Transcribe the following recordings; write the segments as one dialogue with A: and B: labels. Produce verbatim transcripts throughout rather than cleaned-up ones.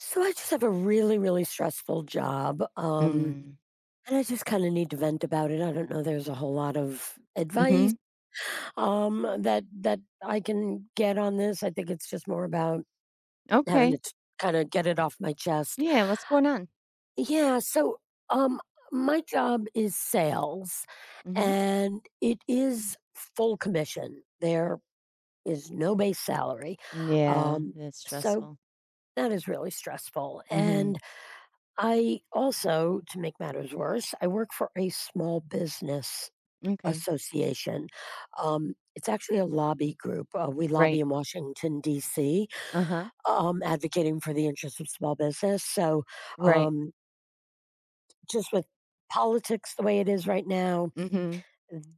A: So I just have a really, really stressful job. Um,
B: Mm.
A: and I just kind of need to vent about it. I don't know. There's a whole lot of advice
B: Mhm.
A: um, that that I can get on this. I think it's just more about having
B: Okay.
A: to kind of get it off my chest.
B: Yeah, what's going on?
A: Yeah. So um, my job is sales,
B: Mhm.
A: and it is full commission. There is no base salary,
B: Yeah,
A: um,
B: that's
A: so
B: stressful.
A: that is really stressful.
B: Mhm.
A: And I also, to make matters worse, I work for a small business
B: Okay.
A: association. Um, it's actually a lobby group. Uh, we lobby
B: Right.
A: in Washington, D C,
B: Uh-huh.
A: um, advocating for the interests of small business. So,
B: Right.
A: um, just with politics the way it is right now,
B: Mhm.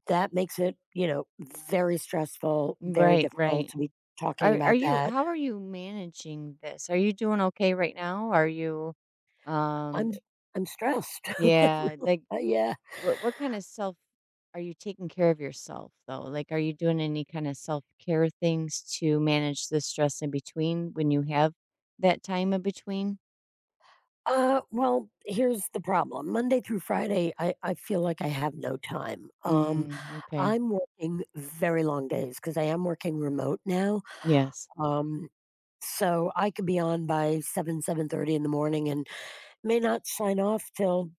A: that makes it, you know, very stressful, very
B: Right,
A: difficult
B: right.
A: to be talking
B: Are are
A: about
B: you
A: that.
B: how are you managing this? Are you doing okay right now? Are you um
A: I'm I'm stressed.
B: yeah, like,
A: Uh, yeah.
B: what what kind of self are you taking care of yourself though? Like, are you doing any kind of self-care things to manage the stress in between when you have that time in between?
A: Uh, well, here's the problem. Monday through Friday, I, I feel like I have no time. Um,
B: Mm, okay.
A: I'm working very long days because I am working remote now.
B: Yes.
A: Um, so I could be on by seven, seven thirty in the morning, and may not sign off till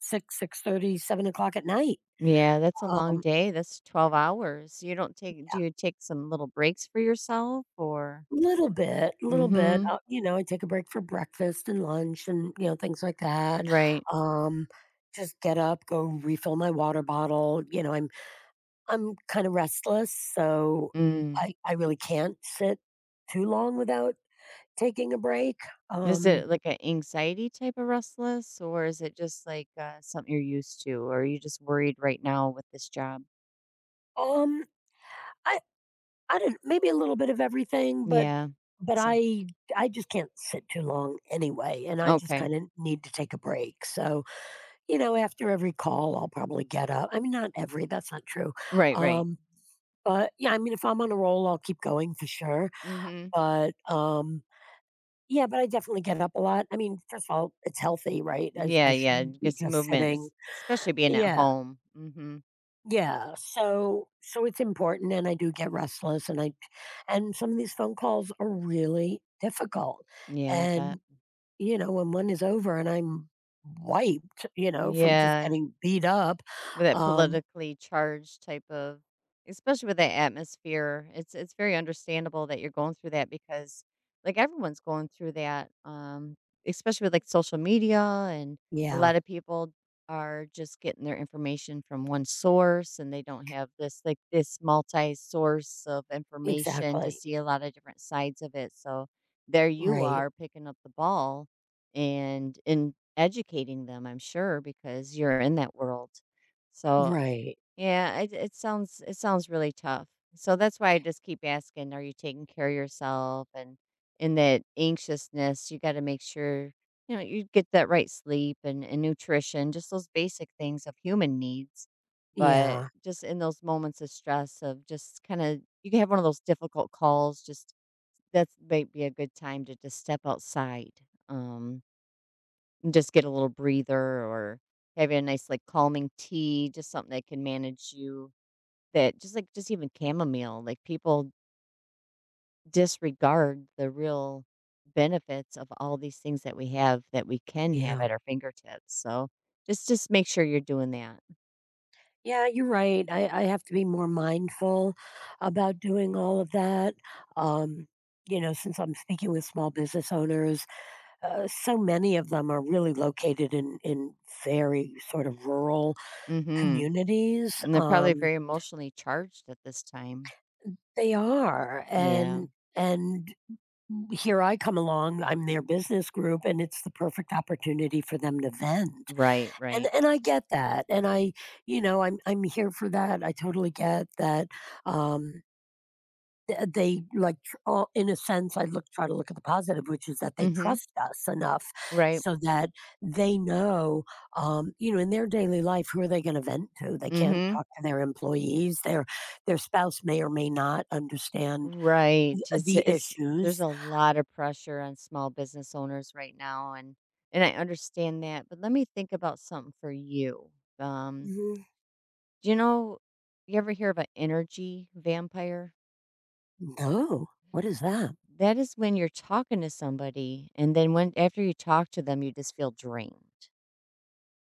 A: six, six thirty, seven o'clock at night.
B: Yeah, that's a long
A: Um,
B: day. That's twelve hours. You don't take Do you take some little breaks for yourself, or—
A: little bit, little bit.
B: Mhm.
A: Uh, you know, I take a break for breakfast and lunch, and you know things like that.
B: Right.
A: Um, just get up, go refill my water bottle. You know, I I'm kind of restless, so
B: Mm.
A: I I really can't sit too long without taking a break.
B: Is
A: Um,
B: it like an anxiety type of restless, or is it just like uh, something you're used to, or are you just worried right now with this job?
A: um, I I don't, maybe a little bit of everything, but
B: Yeah.
A: but
B: So,
A: I I just can't sit too long anyway, and I just
B: okay.
A: kind of need to take a break. So you know, after every call, I'll probably get up. I mean, not every. That's not true.
B: Right, right.
A: Um, but yeah, I mean, if I'm on a roll, I'll keep going for sure.
B: Mhm.
A: But um, yeah, but I definitely get up a lot. I mean, first of all, it's healthy, right? I, I
B: Yeah, yeah,
A: shouldn't be
B: get some
A: just
B: movement,
A: sitting.
B: es- especially being at
A: Yeah,
B: home. Mhm.
A: yeah. So, so it's important, and I do get restless, and I, and some of these phone calls are really difficult,
B: Yeah, I
A: and
B: bet.
A: you know, when one is over and I'm wiped, you know, from just
B: Yeah,
A: getting beat up.
B: with that
A: um,
B: politically charged type of, especially with the atmosphere, it's it's very understandable that you're going through that, because, like, everyone's going through that, um, especially with, like, social media, and a
A: yeah,
B: lot of people are just getting their information from one source, and they don't have this, like, this multi-source of information to
A: exactly,
B: see a lot of different sides of it, so there you
A: right,
B: are picking up the ball and in educating them, I'm sure, because you're in that world. So,
A: right,
B: yeah, it it sounds it sounds really tough. So that's why I just keep asking, are you taking care of yourself? And in that anxiousness, you got to make sure, you know, you get that right sleep, and, and nutrition, just those basic things of human needs. But
A: yeah,
B: just in those moments of stress of just kind of you can have one of those difficult calls, just that might be a good time to just step outside. Um and Just get a little breather, or having a nice, like, calming tea, just something that can manage you, that just like just even chamomile, like, people disregard the real benefits of all these things that we have that we can have
A: yeah.
B: at our fingertips, so just just make sure you're doing that.
A: Yeah, you're right. I, I have to be more mindful about doing all of that. Um, you know, since I'm speaking with small business owners, uh, so many of them are really located in, in very sort of rural
B: Mhm.
A: communities.
B: And they're probably
A: Um,
B: very emotionally charged at this time.
A: they are.
B: Yeah.
A: And, and, here I come along. I'm their business group, and it's the perfect opportunity for them to vent.
B: Right,
A: And
B: right.
A: and I get that. And I, you know, I'm I'm here for that. I totally get that. Um, Th they, like, tr all in a sense, I look try to look at the positive, which is that they
B: Mhm.
A: trust us enough
B: Right.
A: so that they know, um, you know, in their daily life, who are they gonna vent to? They can't
B: Mhm.
A: talk to their employees, their their spouse may or may not understand
B: Right.
A: th
B: It's
A: the
B: it's
A: issues.
B: there's a lot of pressure on small business owners right now, and and I understand that, but let me think about something for you. Um,
A: Mhm.
B: do you know you ever hear of an energy vampire?
A: No, what is that?
B: That is when you're talking to somebody, and then when after you talk to them you just feel drained.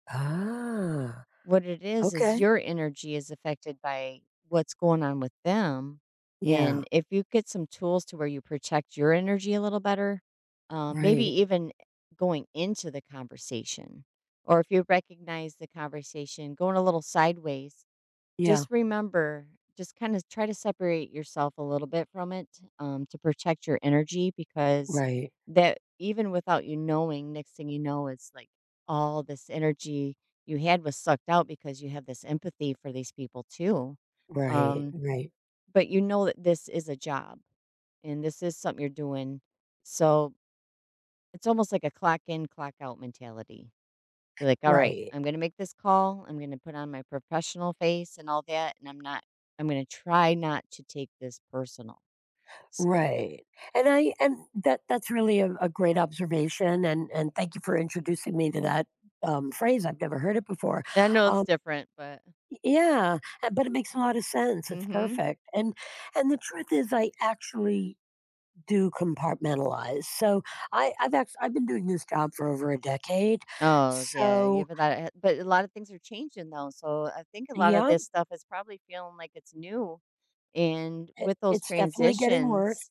A: Ah,
B: What it is, is
A: okay.
B: your energy is affected by what's going on with them,
A: Yeah,
B: and if you get some tools to where you protect your energy a little better, um, maybe
A: right.
B: even going into the conversation, or if you recognize the conversation going a little sideways,
A: Yeah,
B: just remember, just kind of try to separate yourself a little bit from it, um, to protect your energy, because
A: right,
B: that, even without you knowing, next thing you know, it's like all this energy you had was sucked out because you have this empathy for these people too.
A: right,
B: Um,
A: right,
B: but you know that this is a job and this is something you're doing. So it's almost like a clock in, clock out mentality. Be like, "All right,
A: right.
B: I'm gonna make this call. I'm gonna put on my professional face and all that, and I'm not I'm gonna try not to take this personal." S
A: Right. And I and that that's really a, a great observation and and thank you for introducing me to that um, phrase. I've never heard it before.
B: I know it's
A: Um,
B: different, but—
A: yeah, uh, but it makes a lot of sense. It's
B: Mhm.
A: perfect. And and the truth is I actually do compartmentalize. So I I've actually I've been doing this job for over a decade.
B: Oh, s yeah, you
A: So
B: have a lot of, but a lot of things are changing though, so I think a lot of
A: yeah,
B: this stuff is probably feeling like it's new. And
A: it,
B: with those
A: it's definitely getting worse.
B: transitions,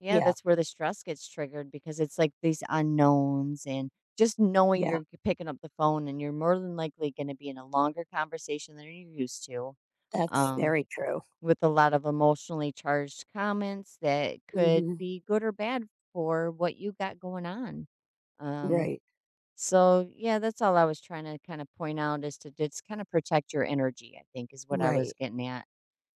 B: yeah,
A: Yeah.
B: that's where the stress gets triggered because it's like these unknowns, and just knowing
A: Yeah.
B: you're g- picking up the phone and you're more than likely going to be in a longer conversation than you're used to. Right.
A: That's
B: Um,
A: very true.
B: with a lot of emotionally charged comments that could
A: Mhm.
B: be good or bad for what you got going on. Um,
A: Right.
B: so, yeah, that's all I was trying to kind of point out is to just kind of protect your energy, I think, is what I was
A: Right.
B: getting at.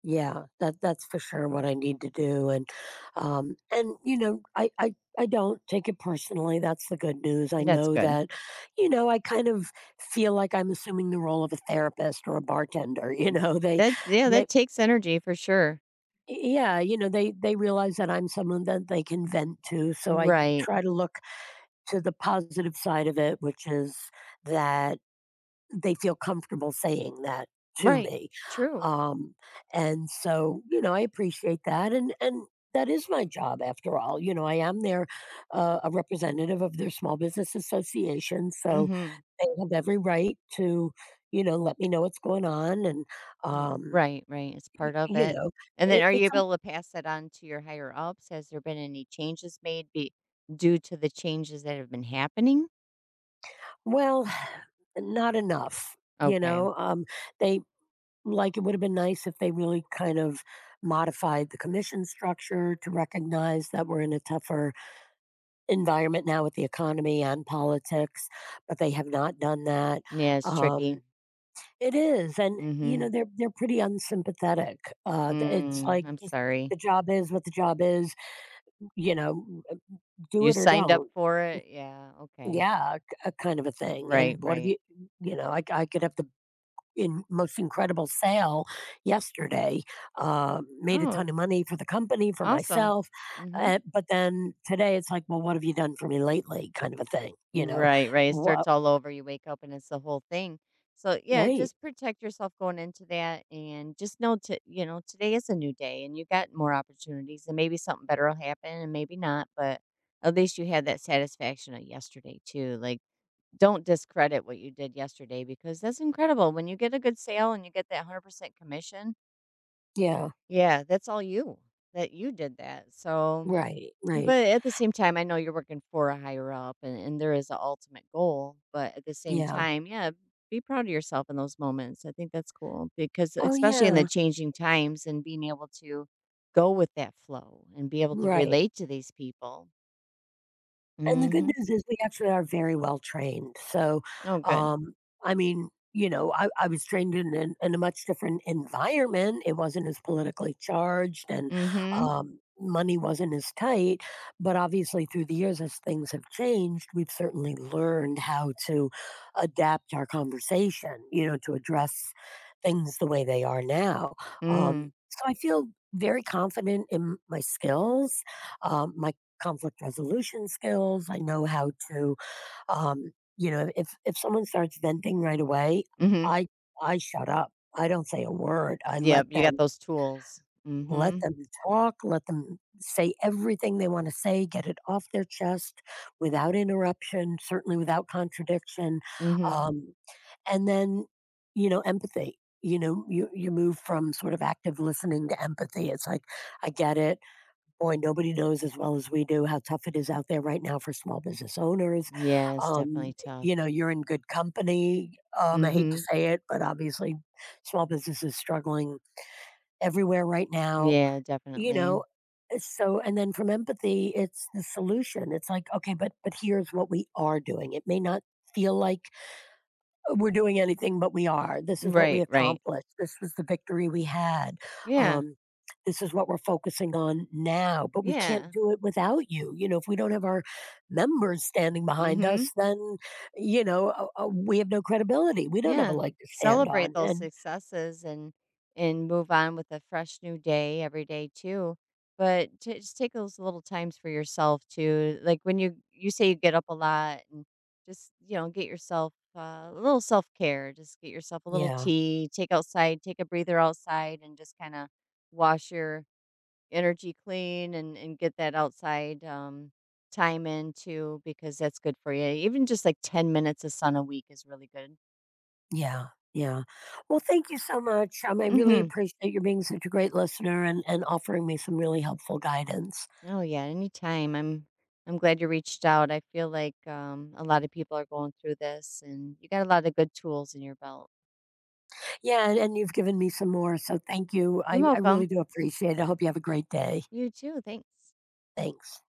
A: Yeah, that that's for sure what I need to do, and, um, and, you know, I I I don't take it personally, that's the good news, I
B: That's
A: know
B: good.
A: that, you know, I kind of feel like I'm assuming the role of a therapist or a bartender, you
B: Mm,
A: know, they
B: that yeah,
A: they
B: that takes energy for sure.
A: yeah, you know, they they realize that I'm someone that they can vent to, so I try
B: Right.
A: to look to the positive side of it, which is that they feel comfortable saying that to
B: Right.
A: me,
B: True.
A: um, and so, you know, I appreciate that, and and that is my job after all, you know, I am their, uh, a representative of their small business association, so
B: Mhm.
A: they have every right to, you know, let me know what's going on and,
B: Mm,
A: um,
B: right, right. It's
A: y
B: part of
A: you
B: it.
A: know,
B: And then
A: it
B: are you
A: it's, um
B: able to pass that on to your higher ups? Has there been any changes made be due to the changes that have been happening?
A: well, not enough, you
B: Okay.
A: know, um, they like, it would have been nice if they really kind of modified the commission structure to recognize that we're in a tougher environment now with the economy and politics, but they have not done that.
B: Yeah, it's
A: Um,
B: tricky.
A: it is, and you know
B: Mhm.
A: they're they're pretty unsympathetic. Uh, th- it's
B: Mm,
A: like
B: I'm
A: just the
B: sorry.
A: job is what the job is. You know, do
B: You
A: it or
B: signed up
A: don't.
B: for it? Yeah, okay.
A: Yeah, k- uh, kind of a thing.
B: Right,
A: And what have
B: right.
A: you? You know, I I could have the in most incredible sale yesterday. Uh, made a ton
B: Oh,
A: of money for the company, for
B: awesome.
A: myself.
B: Mhm.
A: Uh, but then today it's like, well, what have you done for me lately? Kind of a thing, you know?
B: Right, right. It
A: What?
B: starts all over. You wake up and it's the whole thing. So yeah,
A: Right.
B: just protect yourself going into that, and just know to you know, today is a new day and you got more opportunities and maybe something better will happen and maybe not, but at least you had that satisfaction of yesterday too. Like, don't discredit what you did yesterday because that's incredible. When you get a good sale and you get that hundred percent commission,
A: Yeah.
B: yeah, that's all you, that you did that, so...
A: Right. Right.
B: But at the same time, I know you're working for a higher up and and there is an ultimate goal, but at the same
A: Yeah.
B: time, yeah, be proud of yourself in those moments. I think that's cool because
A: Oh,
B: especially in the
A: yeah.
B: changing times and being able to go with that flow and be able to
A: Right.
B: relate to these people.
A: And the good
B: Mhm.
A: news is we actually are very well trained. So,
B: Oh, good.
A: um, I mean, you know, I, I was trained in, in, in a much different environment. It wasn't as politically charged and
B: Mhm.
A: um, money wasn't as tight. But obviously, through the years, as things have changed, we've certainly learned how to adapt our conversation, you know, to address things the way they are now. Um,
B: Mm.
A: so I feel very confident in my skills, um, my conflict resolution skills. I know how to, um, you know, if if someone starts venting right away,
B: Mhm.
A: I I shut up. I don't say a word. I let
B: Yep, you got
A: them
B: those tools.
A: let
B: Mhm.
A: them talk, let them say everything they want to say, get it off their chest without interruption, certainly without contradiction,
B: Mhm.
A: um, and then you know empathy. You know, you you move from sort of active listening to empathy. It's like I get it. Boy, nobody knows as well as we do how tough it is out there right now for small business owners.
B: Yeah, it's
A: Um,
B: definitely tough.
A: you know, you're in good company. Um, I hate to
B: Mhm.
A: say it, but obviously, small business is struggling everywhere right now.
B: Yeah,
A: You
B: definitely.
A: know, so and then from empathy, it's the solution. It's like, okay, but but here's what we are doing. It may not feel like we're doing anything but we are. This is what we
B: Right, right.
A: accomplished. This was the victory we had.
B: Yeah.
A: Um, this is what we're focusing on now, but we can't
B: Yeah.
A: do it without you. You know, if we don't have our members standing behind
B: Mhm.
A: us, then, you know, uh, uh, we have no credibility. We don't have a
B: Yeah.
A: leg to stand on.
B: Celebrate those
A: And
B: successes, and and move on with a fresh new day every day too. But t- just take those little times for yourself too. Like when you you say you get up a lot, and just, you know, get yourself uh, a little self-care. Just get yourself a little
A: yeah,
B: tea, take outside, take a breather outside and just kind of wash your energy clean, and and get that outside um, time in too, because that's good for you. Even just like ten minutes of sun a week is really good.
A: yeah, yeah. Well, thank you so much. Um, I really
B: Mhm.
A: appreciate you being such a great listener and, and offering me some really helpful guidance.
B: Oh yeah, anytime. I'm I'm glad you reached out. I feel like um, a lot of people are going through this and you got a lot of good tools in your belt.
A: Yeah, and and you've given me some more, so thank you.
B: You're
A: I I really
B: welcome.
A: do appreciate it. I hope you have a great day.
B: You too. Thanks.
A: Thanks.